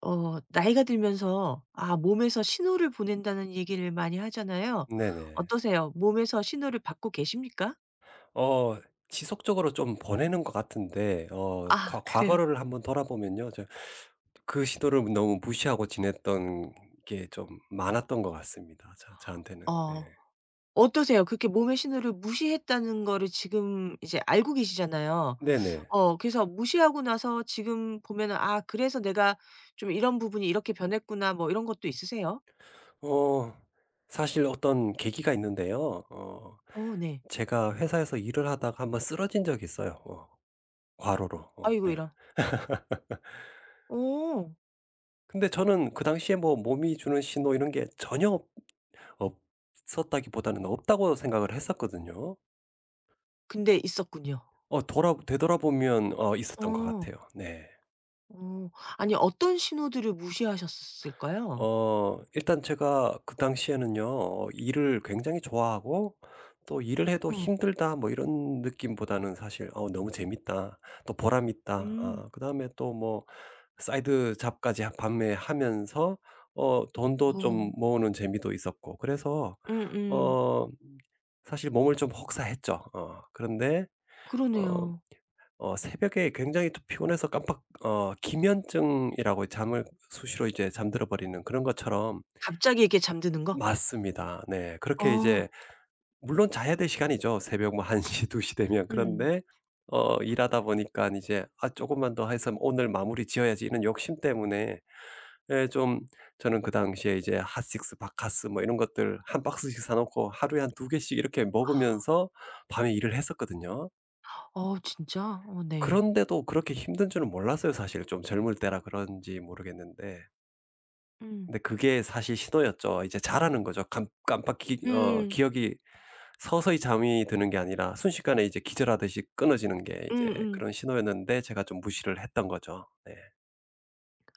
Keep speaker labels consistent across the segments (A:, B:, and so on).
A: 나이가 들면서 몸에서 신호를 보낸다는 얘기를 많이 하잖아요.
B: 네네.
A: 어떠세요? 몸에서 신호를 받고 계십니까?
B: 어 지속적으로 좀 보내는 것 같은데, 어
A: 아,
B: 과
A: 그래요?
B: 과거를 한번 돌아보면요. 그 시도를 너무 무시하고 지냈던 게 좀 많았던 것 같습니다, 저한테는. 네.
A: 어. 어떠세요? 그렇게 몸의 신호를 무시했다는 거를 지금 이제 알고 계시잖아요.
B: 네네.
A: 그래서 무시하고 나서 지금 보면은 '아 그래서 내가 좀 이런 부분이 이렇게 변했구나.' 뭐 이런 것도 있으세요?
B: 어 사실 어떤 계기가 있는데요.
A: 어, 네.
B: 제가 회사에서 일을 하다가 한번 쓰러진 적이 있어요. 과로로.
A: 아이고,
B: 네.
A: 이런. 어.
B: 근데 저는 그 당시에 뭐 몸이 주는 신호 이런 게 전혀 없 없었다기보다는 없다고 생각을 했었거든요.
A: 근데 있었군요.
B: 어 돌아 되돌아보면 있었던 것
A: 어.
B: 같아요. 네.
A: 어. 아니, 어떤 신호들을 무시하셨을까요?
B: 일단 제가 그 당시에는요, 일을 굉장히 좋아하고 또 '일을 해도
A: 어.
B: 힘들다.' 뭐 이런 느낌보다는 사실 너무 재밌다. 또 보람 있다.'
A: 음.
B: 아, 그다음에 또 뭐 사이드 잡까지 반 밤에 하면서 돈도
A: 어.
B: 좀 모으는 재미도 있었고, 그래서
A: 음음.
B: 어 사실 몸을 좀 혹사했죠. 그런데 어
A: 그러네요.
B: 새벽에 굉장히 또 피곤해서 깜빡, 기면증이라고 잠을 수시로 이제 잠들어 버리는 그런 것처럼.
A: 갑자기 이렇게 잠드는 거?
B: 맞습니다. 네. 그렇게
A: 어.
B: 이제, 물론 자야 될 시간이죠, 새벽 뭐 1 시 2시 되면.
A: 음.
B: 그런데 일하다 보니까 이제 '아 금만 더 해서 오늘 마무리 지어야지.' 이런 욕심 때문에, 예 좀, 저는 그 당시에 이제 핫식스, 바카스 뭐 이런 것들 한 박스씩 사 놓고 하루에 한 두 개씩 이렇게 먹으면서 밤에 일을 했었거든요.
A: 어 진짜? 어 네.
B: 그런데도 그렇게 힘든 줄은 몰랐어요 사실. 좀 젊을 때라 그런지 모르겠는데,
A: 음.
B: 근데 그게 사실 신호였죠. 이제 자라는 거죠. 깜 깜빡 기 어
A: 음.
B: 기억이 서서히 잠이 드는 게 아니라 순식간에 이제 기절하듯이 끊어지는 게 이제
A: 음음.
B: 그런 신호였는데, 제가 좀 무시를 했던 거죠. 네.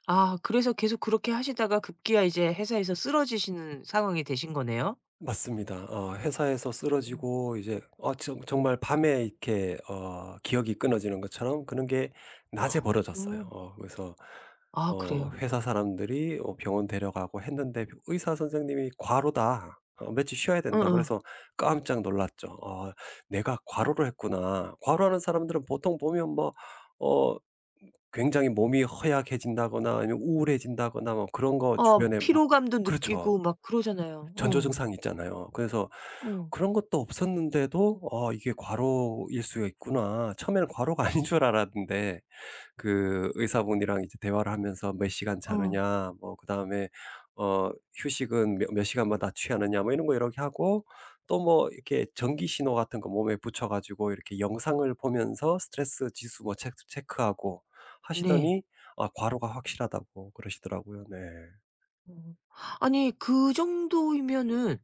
A: 아 그래서 계속 그렇게 하시다가 급기야 이제 회사에서 쓰러지시는 상황이 되신 거네요?
B: 맞습니다. 회사에서
A: 어.
B: 쓰러지고 이제 어 정 정말 밤에 이렇게 기억이 끊어지는 것처럼 그런 게 낮에 벌어졌어요.
A: 어.
B: 그래서
A: 아 그래요.
B: 회사 사람들이 병원 데려가고 했는데, 의사 선생님이 "과로다. 며칠 쉬어야 된다."
A: 어어.
B: 그래서 깜짝 놀랐죠. 어, 내가
A: 음.
B: 과로를 했구나.' 과로하는 사람들은 보통 보면, 뭐 어 굉장히 몸이 허약해진다거나 아니면 우울해진다거나 뭐 그런 거
A: 어
B: 주변에 막.
A: 피로감도
B: 그렇죠.
A: 느끼고 막 그러잖아요.
B: 전조
A: 어.
B: 증상 있잖아요. 그래서
A: 어.
B: 그런 것도 없었는데도 '아 이게 과로일 수가 있구나.' 처음에는 과로가 아닌 줄 알았는데, 그 의사분이랑 이제 대화를 하면서 "몇 시간
A: 어.
B: 자느냐." 뭐 그다음에 어 "휴식은 몇 시간마다 취하느냐." 뭐 이런 거 이렇게 하고, 또 뭐 이렇게 전기 신호 같은 거 몸에 붙여 가지고 이렇게 영상을 보면서 스트레스 지수 뭐 체크하고
A: 네.
B: 하시더니 아 과로가 확실하다고 그러시더라고요. 네.
A: 어. 아니 그 정도이면은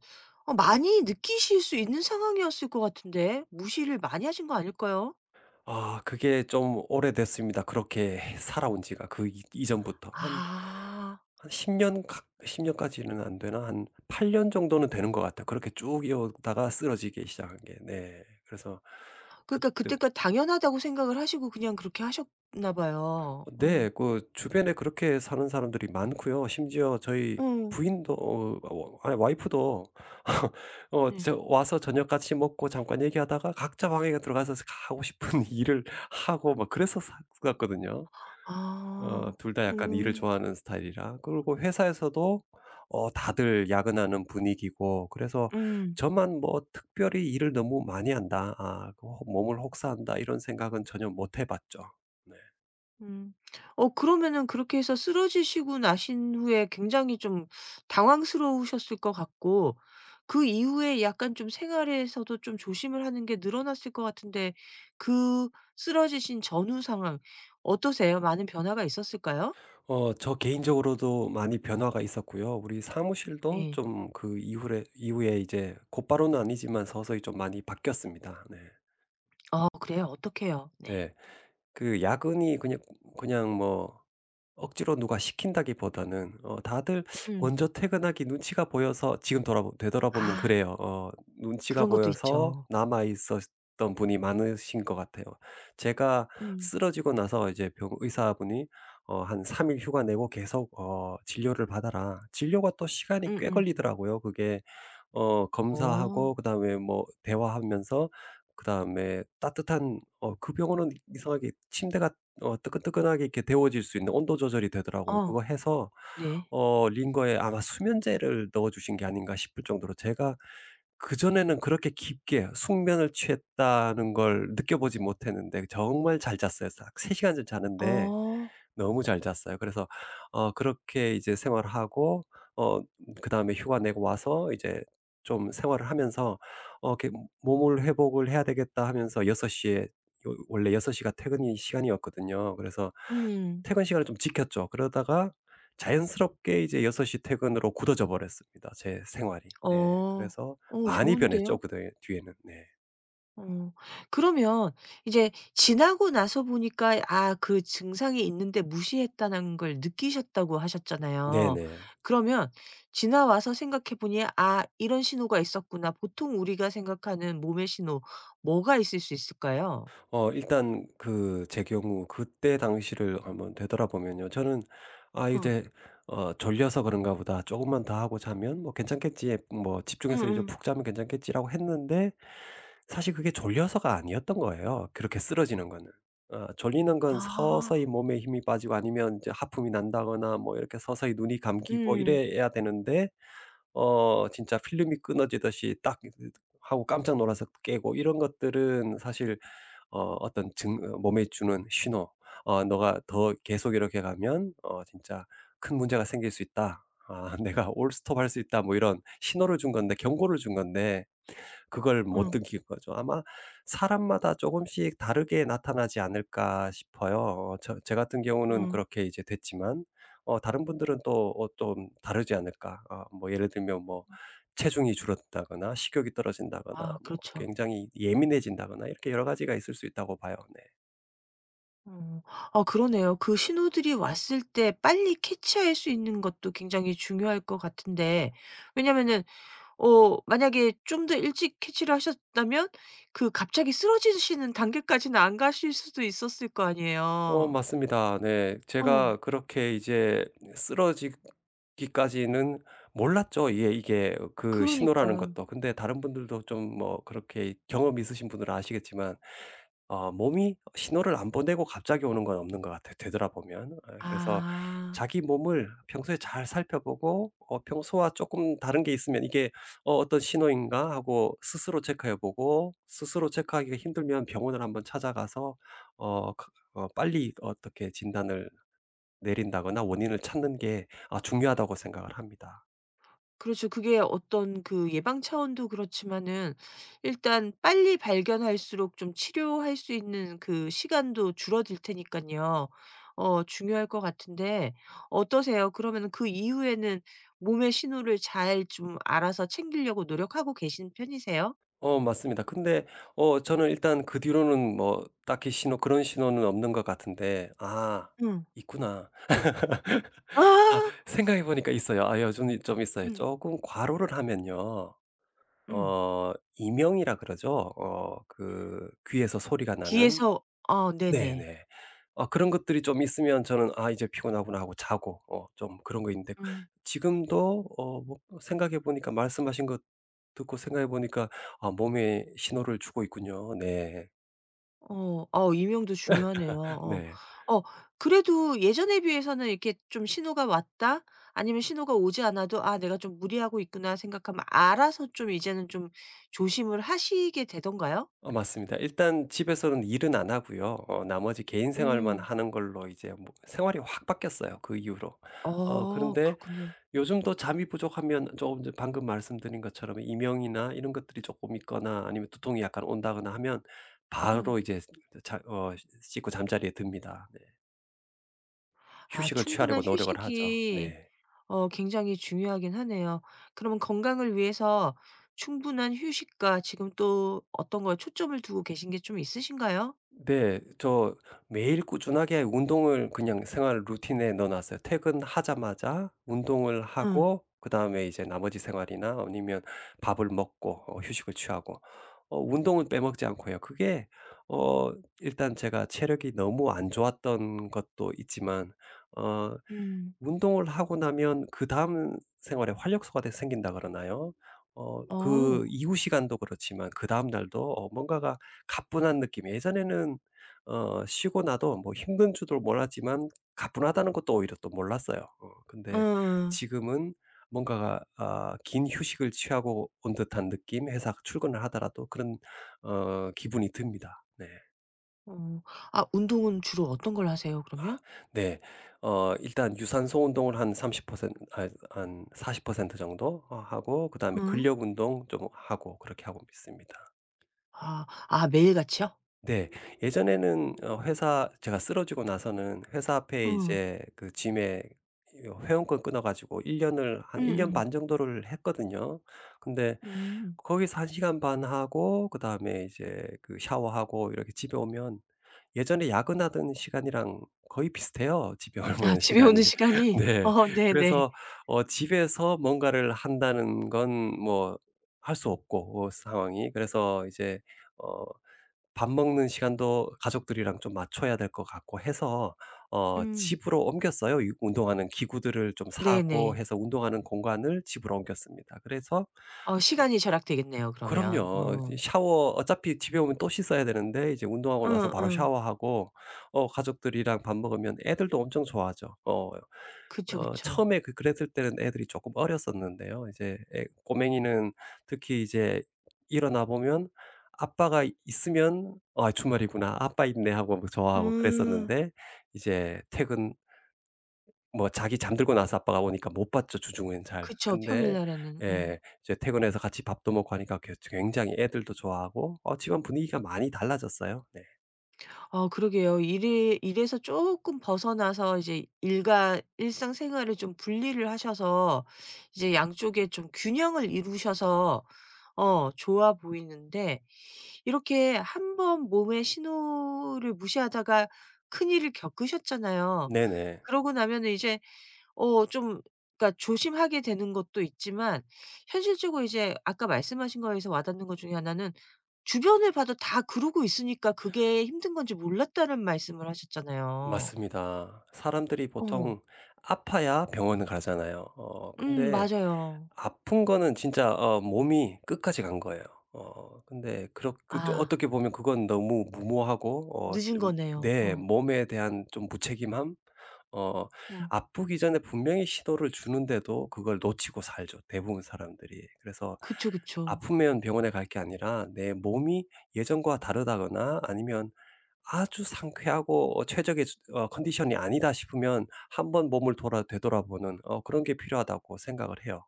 A: 많이 느끼실 수 있는 상황이었을 것 같은데 무시를 많이 하신 거 아닐까요?
B: 아 그게 좀 오래됐습니다. 그렇게 살아온 지가 그 이 이전부터
A: 아.
B: 한 10년십 년까지는 안 되나 한 8년 정도는 되는 것 같아요. 그렇게 쭉 이어오다가 쓰러지기 시작한 게. 네. 그래서
A: 그러니까
B: 그때,
A: 그때까지 당연하다고 생각을 하시고 그냥 그렇게 하셨나 봐요. 어.
B: 네, 그 주변에 그렇게 사는 사람들이 많고요. 심지어 저희
A: 어.
B: 부인도, 아니 와이프도
A: 네.
B: 저 와서 저녁 같이 먹고 잠깐 얘기하다가 각자 방에 들어가서 하고 싶은 일을 하고 막그래서었거든요.
A: 아.
B: 둘 다 약간 일을
A: 음.
B: 좋아하는 스타일이라, 그리고 회사에서도 다들 야근하는 분위기고. 그래서
A: 음.
B: 저만 뭐 '특별히 일을 너무 많이 한다. 아 그 혹 몸을 혹사한다.' 이런 생각은 전혀 못해 봤죠. 네.
A: 음. 어 그러면은 그렇게 해서 쓰러지시고 나신 후에 굉장히 좀 당황스러우셨을 것 같고, 그 이후에 약간 좀 생활에서도 좀 조심을 하는 게 늘어났을 것 같은데, 그 쓰러지신 전후 상황 어떠세요? 많은 변화가 있었을까요?
B: 저 개인적으로도 많이 변화가 있었고요. 우리 사무실도
A: 네.
B: 좀 그 이후에 이제 곧바로는 아니지만 서서히 좀 많이 바뀌었습니다. 네.
A: 어 그래요? 어떡해요? 네.
B: 네. 그 야근이 그냥 뭐 억지로 누가 시킨다기보다는 다들
A: 음.
B: 먼저 퇴근하기 눈치가 보여서. 지금 돌아보 되돌아보면
A: 아
B: 그래요. 눈치가
A: 그런 것도
B: 보여서
A: 있죠.
B: 남아 있었던 분이 많으신 것 같아요. 제가
A: 음.
B: 쓰러지고 나서 이제 병 의사분이 "한 3일 휴가 내고 계속 진료를 받아라." 진료가 또 시간이 꽤
A: 음음.
B: 걸리더라고요, 그게. 검사하고
A: 어.
B: 그다음에 뭐 대화하면서, 그다음에 따뜻한, 그 병원은 이상하게 침대가 뜨끈뜨끈하게 이렇게 데워질 수 있는 온도 조절이 되더라고요.
A: 어.
B: 그거 해서
A: 네.
B: 링거에 아마 수면제를 넣어 주신 게 아닌가 싶을 정도로 제가, 그전에는 그렇게 깊게 숙면을 취했다는 걸 느껴보지 못했는데 정말 잘 잤어요. 딱 3 시간 전 자는데
A: 어.
B: 너무 잘 잤어요. 그래서 그렇게 이제 생활하고, 어 그다음에 휴가 내고 와서 이제 좀 생활을 하면서 이렇게 '몸을 회복을 해야 되겠다.' 하면서 6시에 요 원래 6시가 퇴근이 시간이었거든요. 그래서
A: 음.
B: 퇴근 시간을 좀 지켰죠. 그러다가 자연스럽게 이제 6시 퇴근으로 굳어져 버렸습니다, 제 생활이. 네.
A: 어.
B: 그래서
A: 어
B: 많이 변했죠,
A: 좋은데요?
B: 그뒤 뒤에는. 네.
A: 어. 그러면 이제 지나고 나서 보니까 아 그 증상이 있는데 무시했다는 걸 느끼셨다고 하셨잖아요.
B: 네네.
A: 그러면 지나와서 생각해 보니 '아 이런 신호가 있었구나.' 보통 우리가 생각하는 몸의 신호 뭐가 있을 수 있을까요?
B: 일단 그 제 경우 그때 당시를 한번 되돌아보면요, 저는 '아
A: 응.
B: 이제 졸려서 그런가 보다. 조금만 더 하고 자면 뭐 괜찮겠지. 뭐
A: 응.
B: 집중해서 이제
A: 응.
B: 푹 자면 괜찮겠지.'라고 했는데, 사실 그게 졸려서가 아니었던 거예요, 그렇게 쓰러지는 거는. 졸리는 건 서서히
A: 아.
B: 몸에 힘이 빠지고 아니면 이제 하품이 난다거나 뭐 이렇게 서서히 눈이 감기고
A: 음.
B: 이래야 되는데, 진짜 필름이 끊어지듯이 딱 하고 깜짝 놀라서 깨고 이런 것들은 사실 어 어떤 증 어 몸에 주는 신호, '너가 더 계속 이렇게 가면 진짜 큰 문제가 생길 수 있다. 아 내가 올 스톱 할 수 있다.' 뭐 이런 신호를 준 건데, 경고를 준 건데 그걸 못
A: 응.
B: 느낀 거죠. 아마 사람마다 조금씩 다르게 나타나지 않을까 싶어요. 제 같은 경우는
A: 응.
B: 그렇게 이제 됐지만, 다른 분들은 또 좀 다르지 않을까. 아 뭐 예를 들면 뭐 체중이 줄었다거나 식욕이 떨어진다거나
A: 아
B: 뭐
A: 그렇죠.
B: 굉장히 예민해진다거나 이렇게 여러 가지가 있을 수 있다고 봐요. 네.
A: 어. 아 그러네요. 그 신호들이 왔을 때 빨리 캐치할 수 있는 것도 굉장히 중요할 것 같은데, 왜냐면은 만약에 좀 더 일찍 캐치를 하셨다면 그 갑자기 쓰러지시는 단계까지는 안 가실 수도 있었을 거 아니에요.
B: 맞습니다. 네.
A: 어
B: 제가 그렇게 이제 쓰러지기까지는 몰랐죠, 이게 그 신호라는
A: 그러니까.
B: 것도. 근데 다른 분들도 좀 뭐 그렇게 경험이 있으신 분들은 아시겠지만, 몸이 신호를 안 보내고 갑자기 오는 건 없는 것 같아요, 되돌아보면. 아, 그래서
A: 아
B: 자기 몸을 평소에 잘 살펴보고, 평소와 조금 다른 게 있으면 '이게 어떤 신호인가?' 하고 스스로 체크해 보고, 스스로 체크하기가 힘들면 병원을 한번 찾아가서 어 빨리 어떻게 진단을 내린다거나 원인을 찾는 게 아 중요하다고 생각을 합니다.
A: 그렇죠. 그게 어떤 그 예방 차원도 그렇지만은 일단 빨리 발견할수록 좀 치료할 수 있는 그 시간도 줄어들 테니까요. 중요할 것 같은데 어떠세요? 그러면 그 이후에는 몸의 신호를 잘 좀 알아서 챙기려고 노력하고 계신 편이세요?
B: 맞습니다. 근데 저는 일단 그 뒤로는 뭐 딱히 신호 그런 신호는 없는 것 같은데, 아
A: 음.
B: 있구나. 아
A: 아.
B: 생각해 보니까 있어요. 아 요즘 좀 있어요,
A: 음.
B: 조금 과로를 하면요.
A: 음.
B: 이명이라 그러죠. 그 귀에서 소리가 나는.
A: 뒤에서 어 네네.
B: 네네. 그런 것들이 좀 있으면 저는 '아 이제 피곤하구나.' 하고 자고 좀 그런 거 있는데,
A: 음.
B: 지금도 뭐 생각해 보니까, 말씀하신 것 듣고 생각해 보니까 '아 몸에 신호를 주고 있군요.' 네.
A: 어, 어, 이명도 중요하네요. 어.
B: 네.
A: 어, 그래도 예전에 비해서는 이렇게 좀 신호가 왔다 아니면 신호가 오지 않아도 '아 내가 좀 무리하고 있구나.' 생각하면 알아서 좀 이제는 좀 조심을 하시게 되던가요?
B: 맞습니다. 일단 집에서는 일은 안 하고요. 나머지 개인 생활만
A: 음.
B: 하는 걸로 이제 뭐 생활이 확 바뀌었어요 그 이후로.
A: 어
B: 그런데
A: 그렇군요.
B: 요즘도 잠이 부족하면 조금 전 방금 말씀드린 것처럼 이명이나 이런 것들이 조금 있거나 아니면 두통이 약간 온다거나 하면 바로
A: 음.
B: 이제 자 어 씻고 잠자리에 듭니다. 네.
A: 아
B: 휴식을 취하려고
A: 충분한
B: 노력을 하죠.
A: 휴식이.
B: 네.
A: 어 굉장히 중요하긴 하네요. 그러면 건강을 위해서 충분한 휴식과 지금 또 어떤 거에 초점을 두고 계신 게 좀 있으신가요?
B: 네. 저 매일 꾸준하게 운동을 그냥 생활 루틴에 넣어 놨어요. 퇴근하자마자 운동을
A: 응.
B: 하고 그다음에 이제 나머지 생활이나, 아니면 밥을 먹고 휴식을 취하고, 운동은 빼먹지 않고 요. 그게 어 일단 제가 체력이 너무 안 좋았던 것도 있지만, 어
A: 음.
B: 운동을 하고 나면 그다음 생활에 활력소가 돼 생긴다 그러나요? 그
A: 어.
B: 이후 시간도 그렇지만 그다음 날도 뭔가가 가뿐한 느낌. 예전에는 쉬고 나도 뭐 힘든 줄도 몰랐지만 가뿐하다는 것도 오히려 또 몰랐어요. 근데
A: 응.
B: 지금은 뭔가가 아 긴 휴식을 취하고 온 듯한 느낌? 회사 출근을 하더라도 그런 기분이 듭니다. 네.
A: 어. 아 운동은 주로 어떤 걸 하세요 그러면?
B: 네. 일단 유산소 운동을 한 30%아한40% 정도 하고 그다음에
A: 응.
B: 근력 운동 좀 하고 그렇게 하고 있습니다.
A: 아. 아 매일같이요?
B: 네. 예전에는 어 회사 제가 쓰러지고 나서는 회사 앞에
A: 응.
B: 이제 그 짐에 이 회원권 끊어 가지고 1 년을 한
A: 응.
B: 1년
A: 응.
B: 반 정도를 했거든요. 근데
A: 음.
B: 거기서 1 시간 반 하고 그다음에 이제 그 샤워하고 이렇게 집에 오면 예전에 야근하던 시간이랑 거의 비슷해요, 집에
A: 아
B: 오면
A: 집에 오는
B: 시간이.
A: 시간이
B: 네.
A: 어 네네.
B: 그래서 집에서 뭔가를 한다는 건 뭐 할 수 없고 상황이. 그래서 이제 어 밥 먹는 시간도 가족들이랑 좀 맞춰야 될 것 같고 해서
A: 음.
B: 집으로 옮겼어요. 유 운동하는 기구들을 좀 사고
A: 네네.
B: 해서 운동하는 공간을 집으로 옮겼습니다. 그래서
A: 어 시간이 절약되겠네요 그러면.
B: 그럼요,
A: 어.
B: 이제 샤워 어차피 집에 오면 또 씻어야 되는데 이제 운동하고 나서 바로
A: 응응.
B: 샤워하고 가족들이랑 밥 먹으면 애들도 엄청 좋아하죠. 어.
A: 그쵸, 그쵸.
B: 처음에 그랬을 때는 애들이 쪼끔 어렸었는데요. 이제 애 꼬맹이는 특히 이제 일어나 보면 아빠가 있으면 '아 주말이구나. 아빠 있네.' 하고 뭐 좋아하고
A: 음.
B: 그랬었는데, 이제 퇴근, 뭐 자기 잠들고 나서 아빠가 오니까 못 봤죠 주중엔 잘.
A: 그쵸.
B: 근데
A: 평일날에는. 음.
B: 예 이제 퇴근해서 같이 밥도 먹고 하니까 굉장히 애들도 좋아하고 집안 분위기가 많이 달라졌어요. 네.
A: 아 그러게요. 일이 일에서 쪼끔 벗어나서 이제 일과 일상생활을 좀 분리를 하셔서 이제 양쪽에 좀 균형을 이루셔서 어 좋아 보이는데 이렇게 한번 몸의 신호를 무시하다가 큰일을 겪으셨잖아요.
B: 네네.
A: 그러고 나면은 이제 좀 그러니까 조심하게 되는 것도 있지만 현실적으로 이제 아까 말씀하신 거에서 와 닿는 것 중에 하나는 주변을 봐도 다 그러고 있으니까 그게 힘든 건지 몰랐다는 말씀을 하셨잖아요.
B: 맞습니다. 사람들이
A: 어.
B: 보통 아파야 병원을 가잖아요. 근데
A: 맞아요.
B: 아픈 거는 진짜 몸이 끝까지 간 거예요. 근데 그렇 그
A: 아
B: 어떻게 보면 그건 너무 무모하고
A: 늦은
B: 좀
A: 거네요.
B: 내
A: 어.
B: 몸에 대한 좀 무책임함? 어
A: 어.
B: 아프기 전에 분명히 신호를 주는데도 그걸 놓치고 살죠, 대부분 사람들이. 그래서
A: 그쵸, 그쵸.
B: 아프면 병원에 갈 게 아니라 내 몸이 예전과 다르다거나 아니면 아주 상쾌하고 최적의 컨디션이 아니다 싶으면 한번 몸을 돌아 되돌아보는 그런 게 필요하다고 생각을 해요.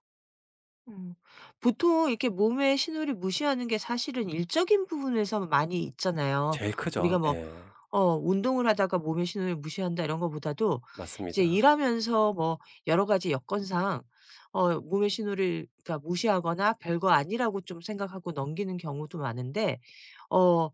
A: 음. 보통 이렇게 몸의 신호를 무시하는 게 사실은 일적인 부분에서 많이 있잖아요.
B: 제일 크죠.
A: 우리가 뭐
B: 네.
A: 운동을 하다가 몸의 신호를 무시한다 이런 거보다도 이제
B: 맞습니다.
A: 일하면서 뭐 여러 가지 여건상 몸의 신호를 그러니까 무시하거나 별거 아니라고 좀 생각하고 넘기는 경우도 많은데 어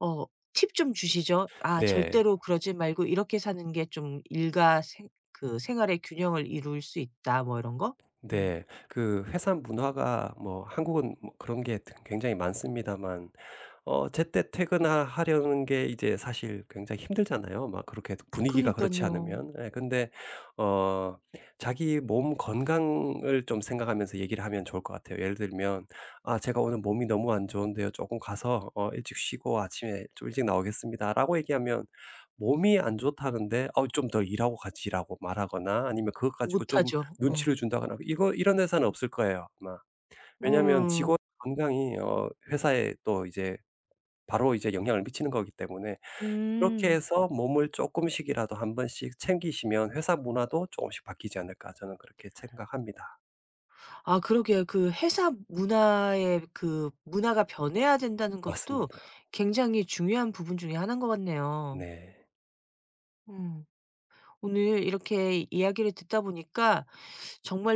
A: 어 팁 좀 주시죠. 아
B: 네.
A: 절대로 그러지 말고 이렇게 사는 게 좀 일과 생, 그 생활의 균형을 이룰 수 있다 뭐 이런 거? 음.
B: 네. 그 회사 문화가, 뭐 한국은 뭐 그런 게 굉장히 많습니다만, 제때 퇴근하려는 게 이제 사실 굉장히 힘들잖아요, 막 그렇게
A: 그니
B: 분위기가
A: 까
B: 그렇지
A: 요
B: 않으면. 예 근데 어 자기 몸 건강을 좀 생각하면서 얘기를 하면 좋을 것 같아요. 예를 들면 "아 제가 오늘 몸이 너무 안 좋은데요. 조금 가서 일찍 쉬고 아침에 좀 일찍 나오겠습니다."라고 얘기하면, 몸이 안 좋다는데 "어 좀 더 일하고 같이 일하고" 말하거나 아니면 그것 가지고 좀
A: 못하죠. 어.
B: 눈치를 준다거나 이거, 이런 회사는 없을 거예요 아마. 왜냐하면
A: 음.
B: 직원 건강이 회사에 또 바로 이제 영향을 미치는 거기 때문에, 그렇게
A: 음.
B: 해서 몸을 조금씩이라도 한 번씩 챙기시면 회사 문화도 조금씩 바뀌지 않을까, 저는 그렇게 생각합니다.
A: 아 그러게요. 그 회사 문화의 그 문화가 변해야 된다는 것도
B: 맞습니다.
A: 굉장히 중요한 부분 중에 하나인 것 같네요.
B: 네.
A: 음. 오늘 이렇게 이야기를 듣다 보니까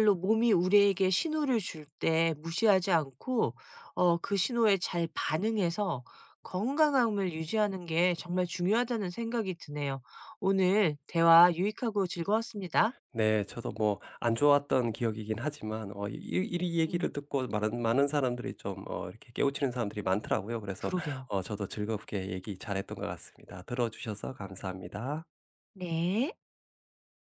A: 정말로 몸이 우리에게 신호를 줄 때 무시하지 않고 어 그 신호에 잘 반응해서 건강함을 유지하는 게 정말 중요하다는 생각이 드네요. 오늘 대화 유익하고 즐거웠습니다.
B: 네. 저도 뭐 안 좋았던 기억이긴 하지만, 이
A: 음.
B: 얘기를 듣고 많은 많은 사람들이 좀 이렇게 깨우치는 사람들이 많더라고요. 그래서
A: 그러게요.
B: 저도 즐겁게 얘기 잘했던 것 같습니다. 들어 주셔서 감사합니다.
A: 네.